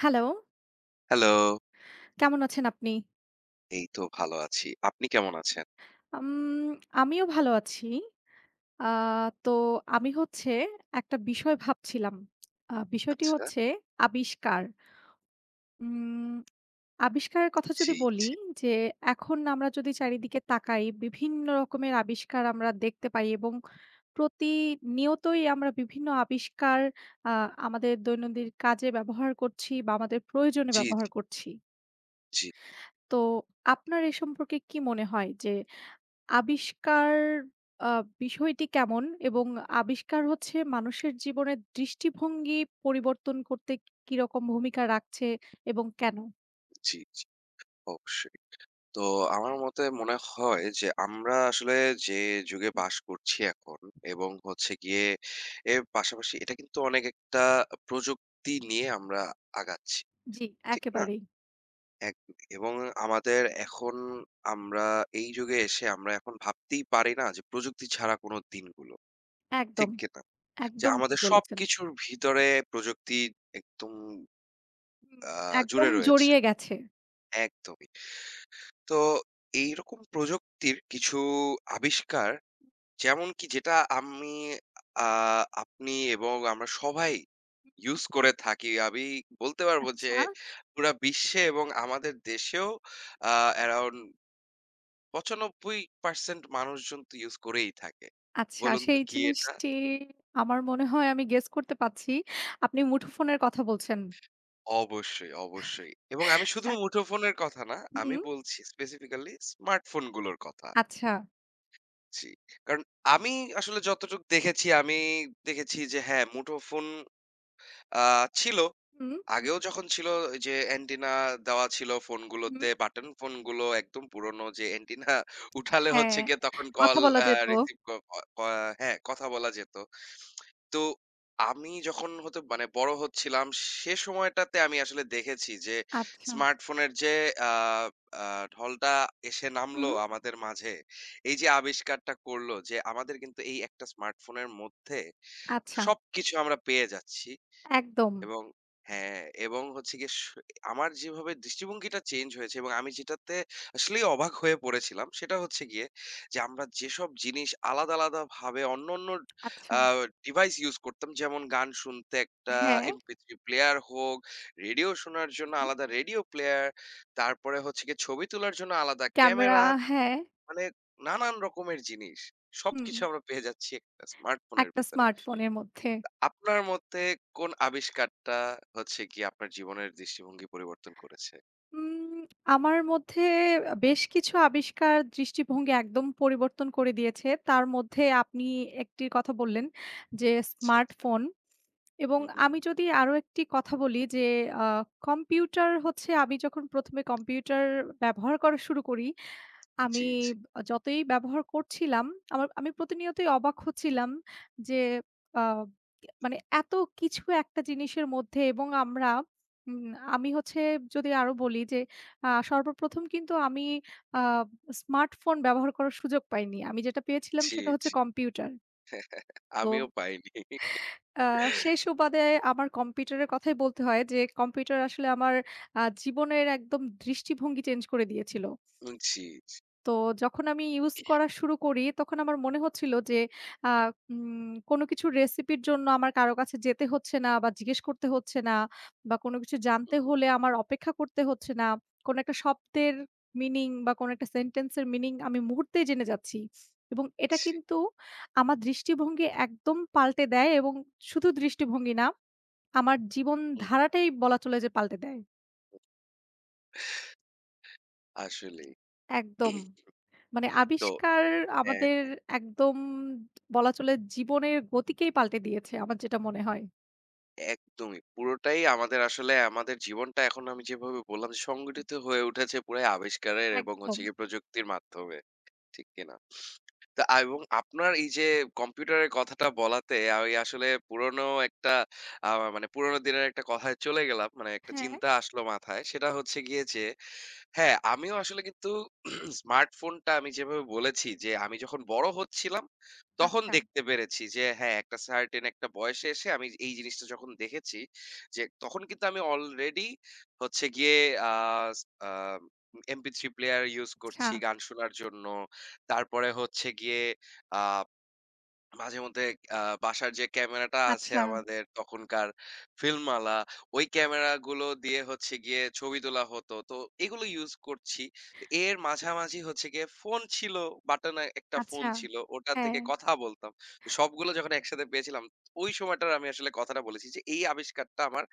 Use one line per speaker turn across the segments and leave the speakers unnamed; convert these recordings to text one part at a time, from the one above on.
Hello,
hello.
কেমন আছেন আপনি?
এই তো ভালো আছি। আপনি কেমন আছেন?
উম আমিও ভালো আছি। আ তো আমি হচ্ছে একটা বিষয় ভাবছিলাম। বিষয়টি
আচ্ছা।
হচ্ছে আবিষ্কার। উম আবিষ্কারের কথা যদি
জি, জি,
বলি যে এখন আমরা যদি চারিদিকে তাকাই বিভিন্ন রকমের আবিষ্কার আমরা দেখতে পাই এবং প্রতিনিয়তই আমরা বিভিন্ন আবিষ্কার আ আমাদের দৈনন্দিন কাজে ব্যবহার করছি বা আমাদের প্রয়োজনে
জি,
ব্যবহার করছি।
জি,
তো আপনার এ সম্পর্কে কি মনে হয় যে আবিষ্কার আ বিষয়টি কেমন? এবং আবিষ্কার হচ্ছে মানুষের জীবনের দৃষ্টিভঙ্গি পরিবর্তন করতে কিরকম ভূমিকা রাখছে এবং কেন?
জি, জি, অবশ্যই। তো আমার মতে মনে হয় যে আমরা আসলে যে যুগে বাস করছি এখন এবং হচ্ছে গিয়ে এর পাশাপাশি এটা কিন্তু অনেক একটা প্রযুক্তি নিয়ে আমরা আগাচ্ছি।
জি,
ঠিক না?
একেবারেই।
একদমই। এবং আমাদের এখন আমরা এই যুগে এসে আমরা এখন ভাবতেই পারি না যে প্রযুক্তি ছাড়া কোনো দিনগুলো। ঠিক
একদম,
কিনা? যে
একদম ঠিক
আমাদের
বলেছেন।
সবকিছুর ভিতরে প্রযুক্তি একদম
হুম,
আ জুড়ে
একদম
রয়েছে।
জড়িয়ে গেছে।
একদমই। তো এইরকম প্রযুক্তির কিছু আবিষ্কার যেমন কি যেটা আমি আ আপনি এবং আমরা সবাই ইউজ করে থাকি। আমি বলতে পারবো যে
আচ্ছা,
পুরা বিশ্বে এবং আমাদের দেশেও অ্যারাউন্ড ৯৫% মানুষজন তো ইউজ করেই থাকে।
আচ্ছা
বলুন তো
সেই
কি এটা?
জিনিসটি আমার মনে হয় আমি গেস করতে পারছি। আপনি মুঠোফোনের কথা বলছেন।
অবশ্যই, অবশ্যই। এবং আমি শুধু
যাক
মুঠোফোনের কথা না, আমি
হুম,
বলছি স্পেসিফিক্যালি স্মার্টফোনগুলোর কথা।
আচ্ছা।
জি। কারণ আমি আসলে যতটুকু দেখেছি, আমি দেখেছি যে হ্যাঁ, মুঠোফোন আ ছিল।
হুম,
আগেও যখন ছিল ওই যে অ্যান্টেনা দেওয়া ছিল
হুম,
ফোনগুলোতে, বাটন ফোনগুলো একদম পুরনো যে অ্যান্টেনা উঠালে
হ্যাঁ,
হচ্ছে গিয়ে তখন কল
কথা বলা
আ
যেত।
রিসিভ ক ক হ্যাঁ, কথা বলা যেত। তো আমি যখন হতে মানে বড় হচ্ছিলাম সে সময়টাতে আমি আসলে দেখেছি যে
আচ্ছা,
স্মার্টফোনের যে আহ, আহ, ঢলটা এসে নামলো
হুম,
আমাদের মাঝে এই যে আবিষ্কারটা করলো যে আমাদের কিন্তু এই একটা স্মার্টফোনের মধ্যে
আচ্ছা,
সবকিছু আমরা পেয়ে যাচ্ছি
একদম।
এবং হ্যাঁ, এবং হচ্ছে গিয়ে আমার যেভাবে দৃষ্টিভঙ্গিটা চেঞ্জ হয়েছে এবং আমি যেটাতে আসলেই অবাক হয়ে পড়েছিলাম সেটা হচ্ছে গিয়ে যে আমরা যেসব জিনিস আলাদা, আলাদা ভাবে অন্যান্য
আচ্ছা।
আ ডিভাইস ইউজ করতাম যেমন গান শুনতে একটা
হ্যাঁ,
MP3 প্লেয়ার হোক, রেডিও শোনার জন্য
হুম।
আলাদা রেডিও প্লেয়ার, তারপরে হচ্ছে গিয়ে ছবি তোলার জন্য আলাদা
ক্যামেরা
ক্যামেরা
হ্যাঁ,
মানে নানান রকমের জিনিস।
হুম,
সবকিছু আমরা পেয়ে যাচ্ছি একটা স্মার্টফোনের
একটা
ভিতরে।
স্মার্টফোনের মধ্যে।
আপনার মতে কোন আবিষ্কারটা হচ্ছে গিয়ে আপনার জীবনের দৃষ্টিভঙ্গি পরিবর্তন করেছে?
উম আমার মধ্যে বেশ কিছু আবিষ্কার দৃষ্টিভঙ্গি একদম পরিবর্তন করে দিয়েছে। তার মধ্যে আপনি একটির কথা বললেন যে
আচ্ছা, আচ্ছা।
স্মার্টফোন এবং
হুম, হুম।
আমি যদি আরো একটি কথা বলি যে আ কম্পিউটার হচ্ছে আমি যখন ১ম এ কম্পিউটার ব্যবহার করা শুরু করি
জি,
আমি
জি,
যতই ব্যবহার করছিলাম, আমি প্রতিনিয়তই অবাক হচ্ছিলাম যে আ মানে এত কিছু একটা জিনিসের মধ্যে এবং আমরা উম আমি হচ্ছে যদি আরো বলি যে সর্বপ্রথম কিন্তু আমি আ স্মার্টফোন ব্যবহার করার সুযোগ পাইনি। আমি যেটা পেয়েছিলাম
জি,
সেটা হচ্ছে
জি।
কম্পিউটার। তো
আমিও পাইনি।
আ সেই সুবাদে আমার কম্পিউটারের কথাই বলতে হয় যে কম্পিউটার আসলে আমার জীবনের একদম দৃষ্টিভঙ্গি চেঞ্জ করে দিয়েছিল।
উম জি, জি।
তো যখন আমি ইউজ করা শুরু করি, তখন আমার মনে হচ্ছিল যে আ কোনো কিছু রেসিপির জন্য আমার কারো কাছে যেতে হচ্ছে না বা জিজ্ঞেস করতে হচ্ছে না বা কোনো কিছু
হুম,
জানতে
হুম।
হলে আমার অপেক্ষা করতে হচ্ছে না। কোনো একটা শব্দের মিনিং বা কোনো একটা সেন্টেন্সের মিনিং আমি মুহূর্তেই জেনে যাচ্ছি। এবং এটা
জি।
কিন্তু আমার দৃষ্টিভঙ্গি একদম পাল্টে দেয় এবং শুধু দৃষ্টিভঙ্গি না, আমার
হুম, হুম।
জীবনধারাটাই বলা চলে যে পাল্টে দেয়।
আসলেই।
একদম। মানে
তো
আবিষ্কার
হ্যাঁ,
আমাদের
হ্যাঁ।
একদম বলা চলে জীবনের গতিকেই পাল্টে দিয়েছে আমার যেটা মনে হয়।
একদমই। পুরোটাই আমাদের আসলে আমাদের জীবনটা এখন আমি যেভাবে বললাম যে সংগঠিত হয়ে উঠেছে পুরাই আবিষ্কারের এবং
একদম।
হচ্ছে গিয়ে প্রযুক্তির মাধ্যমে। ঠিক কিনা? তা আ এবং আপনার এই যে কম্পিউটারের কথাটা বলাতে আমি আসলে পুরনো একটা আ মানে পুরনো দিনের একটা কথায় চলে গেলাম। মানে একটা
হ্যাঁ,
চিন্তা আসলো মাথায়। সেটা হচ্ছে গিয়ে যে হ্যাঁ, আমিও আসলে কিন্তু স্মার্টফোনটা আমি যেভাবে বলেছি যে, আমি যখন বড় হচ্ছিলাম, তখন
আচ্ছা,
দেখতে পেরেছি যে হ্যাঁ, একটা সার্টেন একটা বয়সে এসে আমি এই জিনিসটা যখন দেখেছি যে, তখন কিন্তু আমি অলরেডি হচ্ছে গিয়ে আ আ MP3 প্লেয়ার ইউজ
আচ্ছা,
করছি গান শোনার জন্য। তারপরে হচ্ছে গিয়ে আ মাঝেমধ্যে বাসার যে ক্যামেরাটা আছে
আচ্ছা,
আমাদের তখনকার ফিল্মওয়ালা, ওই ক্যামেরাগুলো দিয়ে হচ্ছে গিয়ে ছবি তোলা হতো। তো এগুলো ইউজ করছি। তো এর মাঝামাঝি হচ্ছে গিয়ে ফোন ছিল, বাটনে একটা ফোন
আচ্ছা।
ছিল। ওটা
হ্যাঁ,
থেকে কথা বলতাম। তো সবগুলো যখন একসাথে পেয়েছিলাম, ওই সময়টার আমি আসলে কথাটা বলেছি যে, এই আবিষ্কারটা আমার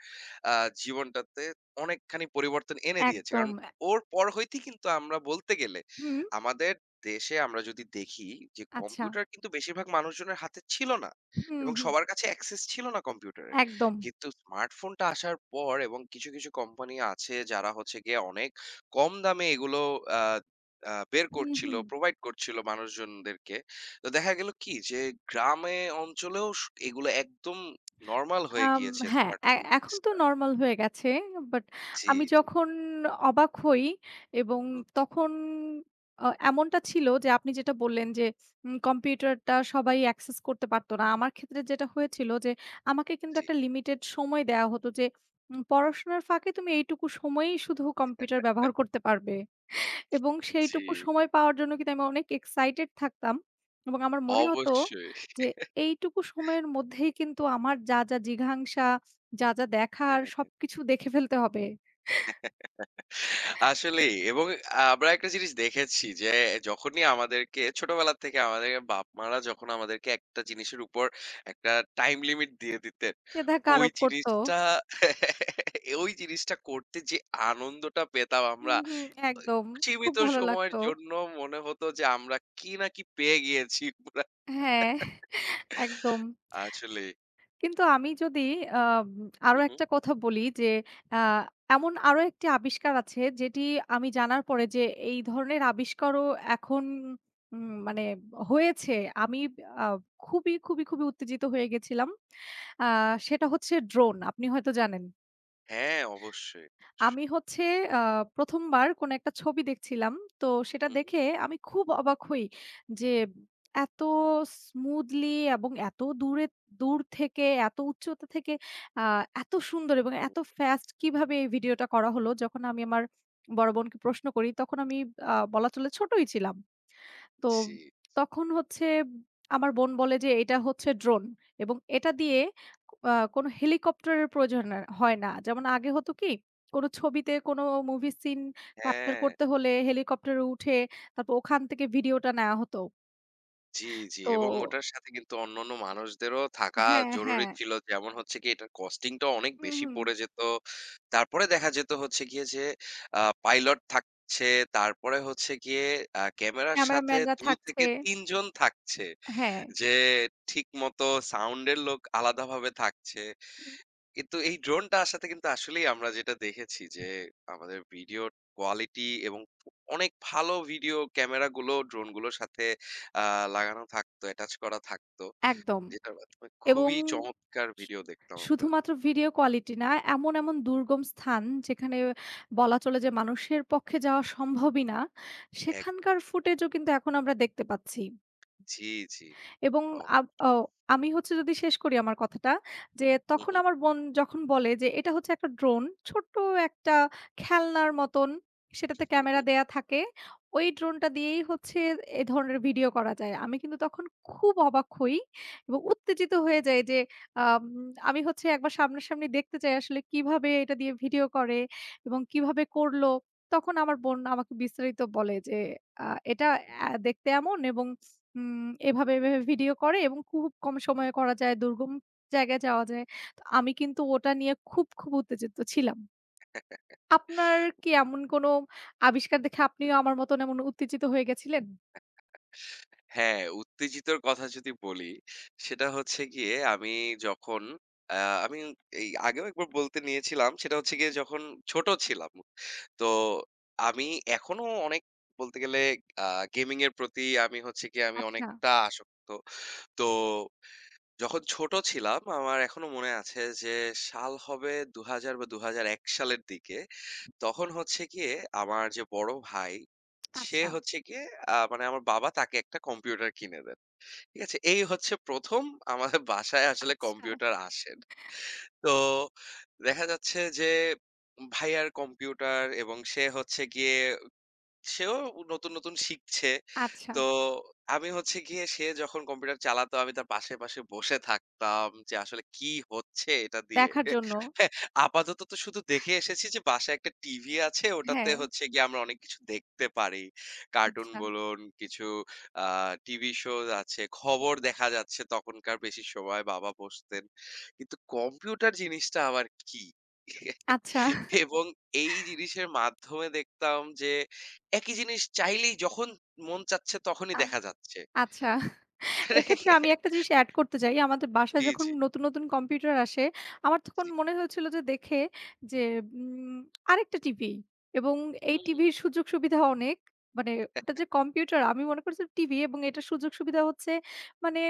আ জীবনটাতে অনেকখানি পরিবর্তন এনে দিয়েছে। কারণ
একদম।
ওর পর হইতেই কিন্তু আমরা বলতে গেলে
হুম,
আমাদের দেশে আমরা যদি দেখি যে
আচ্ছা।
কম্পিউটার কিন্তু বেশিরভাগ মানুষজনের হাতে ছিল না
হুম,
এবং
হুম।
সবার কাছে অ্যাক্সেস ছিল না কম্পিউটারের।
একদম।
কিন্তু স্মার্টফোনটা আসার পর এবং কিছু, কিছু কোম্পানি আছে যারা হচ্ছে গিয়ে অনেক কম দামে এগুলো আ আ বের
হুম,
করছিল,
হুম।
প্রোভাইড করছিল মানুষজনদেরকে। তো দেখা গেল কি যে গ্রামে অঞ্চলেও এগুলো একদম নরমাল হয়ে
আম
গিয়েছে
হ্যাঁ, এ
স্মার্টফোন
এখন তো
জিনিসটা।
নরমাল হয়ে গেছে। বাট
জি,
আমি
জি।
যখন অবাক হই এবং
হুম,
তখন এমনটা ছিল যে আপনি যেটা বললেন যে কম্পিউটারটা সবাই অ্যাক্সেস করতে পারত না। আমার ক্ষেত্রে যেটা হয়েছিল যে আমাকে কিন্তু
জি,
একটা লিমিটেড সময় দেয়া হতো যে পড়াশোনার ফাঁকে তুমি এইটুকু সময়েই শুধু কম্পিউটার ব্যবহার করতে পারবে। এবং
জি।
সেইটুকু সময় পাওয়ার জন্য কিন্তু আমি অনেক এক্সাইটেড থাকতাম এবং আমার মনে হতো
অবশ্যই।
যে এইটুকু সময়ের মধ্যেই কিন্তু আমার যা, যা জিঘাংসা, যা, যা দেখার
হ্যাঁ।
সবকিছু দেখে ফেলতে হবে।
আসলেই এবং আমরা একটা জিনিস দেখেছি যে যখনই আমাদেরকে ছোটবেলা থেকে আমাদের বাপ মারা যখন আমাদেরকে একটা জিনিসের উপর একটা টাইম লিমিট দিয়ে দিতেন
শ্রদ্ধা
ওই
আরোপ করত।
জিনিসটা ওই জিনিসটা করতে যে আনন্দটা পেতাম আমরা
হুম, হুম, একদম। খুব
সীমিত
ভালো
সময়ের
লাগতো।
জন্য মনে হতো যে আমরা কি না কি পেয়ে গিয়েছি পুরা।
হ্যাঁ, একদম।
আসলে
কিন্তু আমি যদি আম আরো
হুম হুম।
একটা কথা বলি যে আ এমন আরো একটি আবিষ্কার আছে যেটি আমি জানার পরে যে এই ধরনের আবিষ্কারও এখন মানে হয়েছে। আমি আ খুবই, খুবই, খুবই উত্তেজিত হয়ে গেছিলাম। আ সেটা হচ্ছে ড্রোন। আপনি হয়তো জানেন।
হ্যাঁ অবশ্যই
আমি
অবশ্যই।
হচ্ছে আ ১ম বার কোনো একটা ছবি দেখছিলাম। তো সেটা
হুম, হুম,
দেখে আমি খুব অবাক হই যে এত স্মুথলি এবং এত দূরে দূর থেকে, এত উচ্চতা থেকে আ এত সুন্দর এবং
হুম,
এত ফাস্ট কিভাবে এই ভিডিওটা করা হলো। যখন আমি আমার বড় বোনকে প্রশ্ন করি তখন আমি বলা চলে ছোটই ছিলাম। তো
জি
তখন হচ্ছে আমার বোন বলে যে, "এটা হচ্ছে ড্রোন এবং এটা দিয়ে কোনো হেলিকপ্টারের প্রয়োজন না হয় না।" যেমন আগে হতো কি? কোনো ছবিতে কোনো মুভি সিন ক্যাপচার
হ্যাঁ
করতে হলে হেলিকপ্টারে উঠে তারপর ওখান থেকে ভিডিওটা নেয়া হতো।
জি, জি
তো
এবং ওটার সাথে কিন্তু অন্যান্য মানুষদেরও থাকা
হ্যাঁ, হ্যাঁ।
জরুরি ছিল। যেমন হচ্ছে গিয়ে এটার কস্টিং টা অনেক
হুম,
বেশি
হুম।
পড়ে যেত। তারপরে দেখা যেত হচ্ছে গিয়ে যে পাইলট থাকছে, তারপরে হচ্ছে গিয়ে ক্যামেরার সাথে
ক্যামেরাম্যানরা
২
থাকছে
থেকে ৩ জন থাকছে।
হ্যাঁ,
যে ঠিকমতো সাউন্ড এর লোক আলাদাভাবে থাকছে।
হুম,
কিন্তু এই ড্রোনটা আসাতে কিন্তু আসলেই আমরা যেটা দেখেছি যে আমাদের ভিডিও কোয়ালিটি এবং অনেক ভালো ভিডিও ক্যামেরাগুলো ড্রোনগুলোর সাথে লাগানো থাকতো অ্যাটাচ করা থাকতো
একদম।
যেটার মাধ্যমে
এবং
খুবই চমৎকার
স
ভিডিও দেখতাম আমরা
শুধুমাত্র ভিডিও কোয়ালিটি না, এমন, এমন দুর্গম স্থান যেখানে বলা চলে যে মানুষের পক্ষে যাওয়া সম্ভবই না,
এক
সেখানকার ফুটেজও কিন্তু এখন আমরা দেখতে পাচ্ছি।
জি জি
এবং
ও,
আব অ আমি হচ্ছে যদি শেষ করি আমার কথাটা, যে
হুম
তখন
হুম
আমার বোন যখন বলে যে, "এটা হচ্ছে একটা ড্রোন। ছোট্ট একটা খেলনার মতন। সেটাতে ক্যামেরা দেয়া থাকে। ওই ড্রোনটা দিয়েই হচ্ছে এ ধরনের ভিডিও করা যায়।" আমি কিন্তু তখন খুব অবাক হই এবং উত্তেজিত হয়ে যাই যে, আম আমি হচ্ছে একবার সামনাসামনি দেখতে চাই আসলে কিভাবে এটা দিয়ে ভিডিও করে এবং কিভাবে করলো। তখন আমার বোন আমাকে বিস্তারিত বলে যে, "আ এটা দেখতে এমন এবং" হুম, এভাবে, এভাবে ভিডিও করে এবং খুব কম সময়ে করা যায়, দুর্গম জায়গায় যাওয়া যায়। তো আমি কিন্তু ওটা নিয়ে খুব, খুব উত্তেজিত ছিলাম। আপনার কি এমন কোনো আবিষ্কার দেখে আপনিও আমার মতন এমন উত্তেজিত হয়ে গেছিলেন?
হ্যাঁ, উত্তেজিতর কথা যদি বলি, সেটা হচ্ছে গিয়ে আমি যখন আ আমি এই আগেও একবার বলতে নিয়েছিলাম, সেটা হচ্ছে গিয়ে যখন ছোট ছিলাম। তো আমি এখনো অনেক বলতে গেলে আ গেমিং এর প্রতি আমি হচ্ছে গিয়ে আমি
আচ্ছা,
অনেকটা আসক্ত। তো যখন ছোট ছিলাম আমার এখনো মনে আছে যে সাল হবে ২০০০ বা ২০০১ সালের দিকে। তখন হচ্ছে গিয়ে আমার যে বড় ভাই, সে
আচ্ছা,
হচ্ছে গিয়ে মানে আমার বাবা তাকে একটা কম্পিউটার কিনে দেয়। ঠিক আছে? এই হচ্ছে ১ম আমাদের বাসায় আসলে
আচ্ছা,
কম্পিউটার আসেন। তো দেখা যাচ্ছে যে ভাইয়ার কম্পিউটার এবং সে হচ্ছে গিয়ে সেও নতুন, নতুন শিখছে।
আচ্ছা।
তো আমি হচ্ছে গিয়ে সে যখন কম্পিউটার চালাতো আমি তার পাশে, পাশে বসে থাকতাম যে আসলে কি হচ্ছে এটা দিয়ে।
দেখার জন্য।
আপাতত তো শুধু দেখে এসেছি যে বাসায় একটা টিভি আছে ওটাতে
হ্যাঁ,
হচ্ছে গিয়ে আমরা অনেক কিছু দেখতে পারি। কার্টুন
আচ্ছা,
বলুন, কিছু আ টিভি শোজ আছে, খবর দেখা যাচ্ছে তখনকার বেশি সময় বাবা বসতেন। কিন্তু কম্পিউটার জিনিসটা আবার কি?
আচ্ছা,
এবং এই জিনিসের মাধ্যমে দেখতাম যে একই জিনিস চাইলেই যখন মন চাচ্ছে তখনই
আ
দেখা যাচ্ছে।
আচ্ছা। এক্ষেত্রে আমি একটা জিনিস এড করতে চাই। আমাদের বাসায়
জি,
যখন
জি,
নতুন, নতুন কম্পিউটার আসে, আমার তখন
জি।
মনে হয়েছিল যে দেখে যে উম আরেকটা টিভি এবং এই
হুম,
টিভির সুযোগ সুবিধা অনেক। মানে ওটা যে কম্পিউটার আমি মনে করছি টিভি এবং এটার সুযোগ সুবিধা হচ্ছে মানে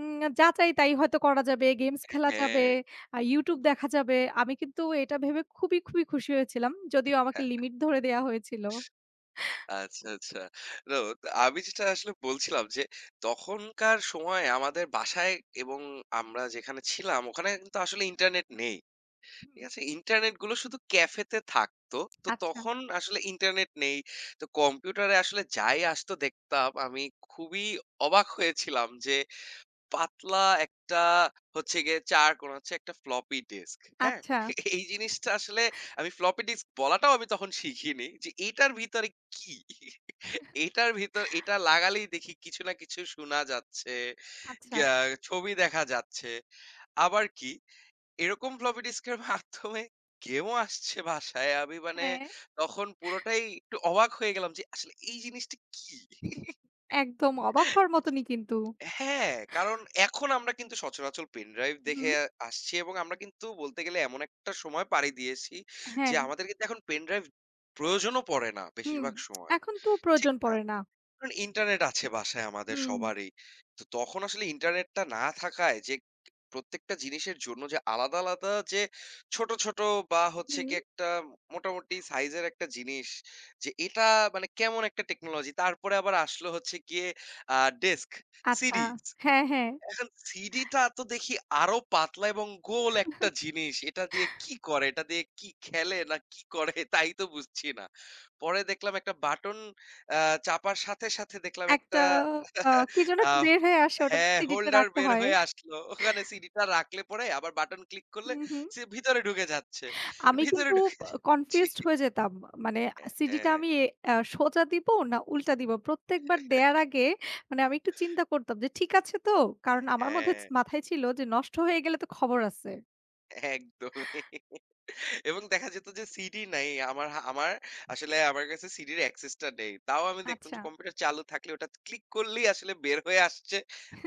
যা চাই তাই হয়তো করা যাবে, গেমস খেলা যাবে, YouTube দেখা যাবে। আমি কিন্তু এটা ভেবে খুবই, খুবই খুশি হয়েছিলাম। যদিও আমাকে
হ্যাঁ।
লিমিট ধরে দেয়া হয়েছিল।
আচ্ছা, আচ্ছা। তো আমি যেটা আসলে বলছিলাম যে তখনকার সময়ে আমাদের বাসায় এবং আমরা যেখানে ছিলাম ওখানে কিন্তু আসলে ইন্টারনেট নেই। ঠিক
হুম,
আছে? ইন্টারনেট গুলো শুধু ক্যাফেতে থাকতো। তো
আচ্ছা,
তখন আসলে ইন্টারনেট নেই। তো কম্পিউটারে আসলে যাই আসতো দেখতাম আমি খুবই অবাক হয়েছিলাম যে পাতলা একটা হচ্ছে গিয়ে চার কোণ হচ্ছে একটা ফ্লপি ডিস্ক। হ্যাঁ?
আচ্ছা,
এই জিনিসটা আসলে আমি ফ্লপি ডিস্ক বলাটাও আমি তখন শিখিনি যে এটার ভিতরে কি? এটার ভিতর এটা লাগালেই দেখি কিছু না কিছু শোনা যাচ্ছে,
আচ্ছা।
গ্যা ছবি দেখা যাচ্ছে। আবার কি এরকম ফ্লপি ডিস্কের মাধ্যমে গেমও আসছে বাসায়। আমি মানে
হ্যাঁ।
তখন পুরোটাই একটু অবাক হয়ে গেলাম যে আসলে এই জিনিসটা কি?
একদম অবাক হওয়ার মতনই কিন্তু।
হ্যাঁ, কারণ এখন আমরা কিন্তু সচরাচর পেনড্রাইভ দেখে
হুম,
আসছি এবং আমরা কিন্তু বলতে গেলে এমন একটা সময় পাড়ি দিয়েছি যে,
হ্যাঁ।
আমাদের কিন্তু এখন পেনড্রাইভ প্রয়োজনও পড়ে না
হুম,
বেশিরভাগ সময়।
এখন তো
ঠিক
প্রয়োজন
না?
পড়ে না।
কারণ ইন্টারনেট আছে বাসায় আমাদের
হুম,
সবারই। তো তখন আসলে ইন্টারনেটটা না থাকায় যে, প্রত্যেকটা জিনিসের জন্য যে, আলাদা, আলাদা যে, ছোট, ছোট বা হচ্ছে
হুম।
গিয়ে একটা মোটামুটি সাইজের একটা জিনিস যে, এটা মানে কেমন একটা টেকনোলজি। তারপরে আবার আসলো হচ্ছে গিয়ে আ ডেস্ক,
আচ্ছা।
সিরিজ।
হ্যাঁ, হ্যাঁ।
এখন সিডিটা তো দেখি আরো পাতলা এবং গোল একটা জিনিস। এটা দিয়ে কি করে? এটা দিয়ে কি খেলে না কি করে? তাই তো বুঝছি না। পরে দেখলাম একটা বাটন আ চাপার সাথে, সাথে দেখলাম
একটা
একটা
আ কি যেন
আ
একটা বের হয়ে আসে ওটা
হ্যাঁ,
সিডিটা
হোল্ডার
রাখতে
বের
হয়।
হয়ে আসলো। ওখানে সিডিটা রাখলে পরে আবার বাটন ক্লিক করলে
হুম, হুম।
সে ভিতরে ঢুকে যাচ্ছে।
আমি
ভিতরে
কিন্তু
ঢুকে যা জি।
কনফিউজড হয়ে যেতাম। মানে
হ্যাঁ,
সিডিটা
হ্যাঁ।
আমি সোজা দিব না উল্টা দিব। প্রত্যেকবার দেয়ার আগে মানে আমি একটু চিন্তা করতাম যে ঠিক আছে তো? কারণ আমার মধ্যে
হ্যাঁ।
মাথায় ছিল যে নষ্ট হয়ে গেলে তো খবর আছে।
একদমই। এবং দেখা যেত যে সিডি নাই। আমার আসলে আমার কাছে সিডির অ্যাক্সেস টা নেই। তাও আমি দেখতাম
আচ্ছা।
যে কম্পিউটার চালু থাকলে ওটা ক্লিক করলেই আসলে বের হয়ে আসছে।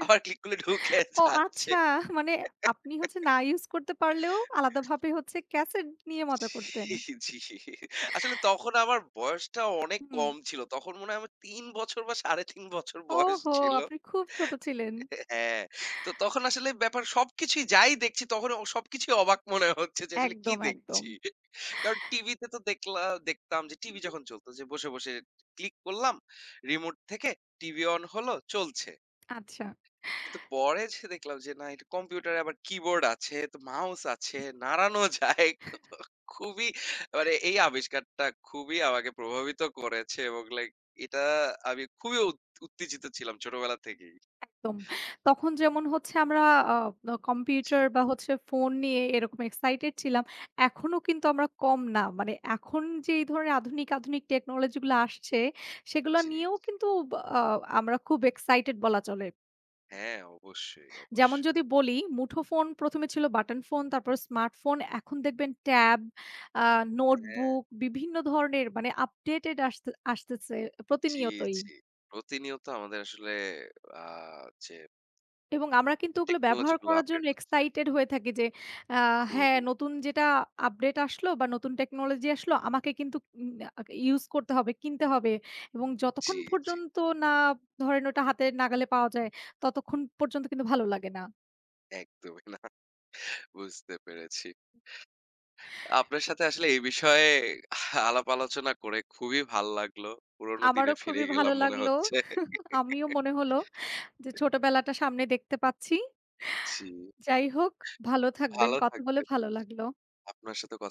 আবার ক্লিক করলে ঢুকে
ও
যাচ্ছে।
আচ্ছা! মানে আপনি হচ্ছে না ইউজ করতে পারলেও আলাদাভাবে হচ্ছে ক্যাসেট নিয়ে মজা করতেন।
জি, জি। আসলে তখন আমার বয়সটা অনেক
হুম।
কম ছিল। তখন মনে হয় আমার ৩ বছর বা ৩.৫ বছর বয়স
ওহো!
ছিল।
আপনি খুব ছোট ছিলেন।
হ্যাঁ, তো তখন আসলে ব্যাপার সবকিছুই যাই দেখছি তখন সবকিছুই অবাক মনে হচ্ছে যে আসলে কি
একদম, একদম।
দেখছি। কারণ টিভিতে তো দেখলা দেখতাম যে টিভি
হুম,
যখন চলতো যে বসে, বসে ক্লিক করলাম রিমোট থেকে টিভি অন হলো চলছে।
আচ্ছা,
কিন্তু পরে এসে দেখলাম যে না এটা কম্পিউটারে আবার কিবোর্ড আছে, তো মাউস আছে, নাড়ানো যায়। খুবই মানে এই আবিষ্কারটা খুবই আমাকে প্রভাবিত করেছে এবং লাইক এটা আমি খুবই উত্তেজিত ছিলাম ছোটবেলা থেকেই।
একদম। তখন যেমন হচ্ছে আমরা আ
জি,
কম্পিউটার বা হচ্ছে ফোন নিয়ে এরকম এক্সাইটেড ছিলাম। এখনো কিন্তু আমরা কম না। মানে এখন যে এই ধরনের আধুনিক, আধুনিক টেকনোলজি গুলো আসছে সেগুলো
জি।
নিয়েও কিন্তু বা আমরা খুব এক্সাইটেড বলা চলে।
হ্যাঁ, অবশ্যই,
যেমন
অবশ্যই।
যদি বলি মুঠোফোন ১ম এ ছিল বাটন ফোন, তারপর স্মার্টফোন। এখন দেখবেন ট্যাব, আ
হ্যাঁ,
নোটবুক বিভিন্ন ধরনের মানে আপডেটেড আসতে আসতেছে
জি,
প্রতিনিয়তই।
জি। প্রতিনিয়ত আমাদের আসলে আ যে
এবং আমরা কিন্তু ওগুলো
টেকনোলজি
ব্যবহার
গুলো
করার
আপডেট
জন্য
হচ্ছে।
এক্সাইটেড হয়ে থাকি যে আ হ্যাঁ,
খুবই।
নতুন যেটা আপডেট আসলো বা নতুন টেকনোলজি আসলো আমাকে কিন্তু উম ইউজ করতে হবে, কিনতে হবে। এবং যতক্ষণ
জি, জি।
পর্যন্ত না ধরেন ওটা হাতের নাগালে পাওয়া যায় ততক্ষণ পর্যন্ত কিন্তু ভালো লাগে না।
একদমই না। বুঝতে পেরেছি। আপনার সাথে আসলে এই বিষয়ে আলাপ আলোচনা করে খুবই ভাল লাগলো। পুরোনো দিনে
আমারও
ফিরে
খুবই ভালো
গেলাম মনে
লাগলো।
হচ্ছে।
আমিও মনে হলো যে ছোটবেলাটা সামনে দেখতে পাচ্ছি।
জি,
যাই হোক, ভালো থাকবেন।
ভালো
কথা বলে
থাকবেন।
ভালো লাগলো।
আপনার সাথে কথা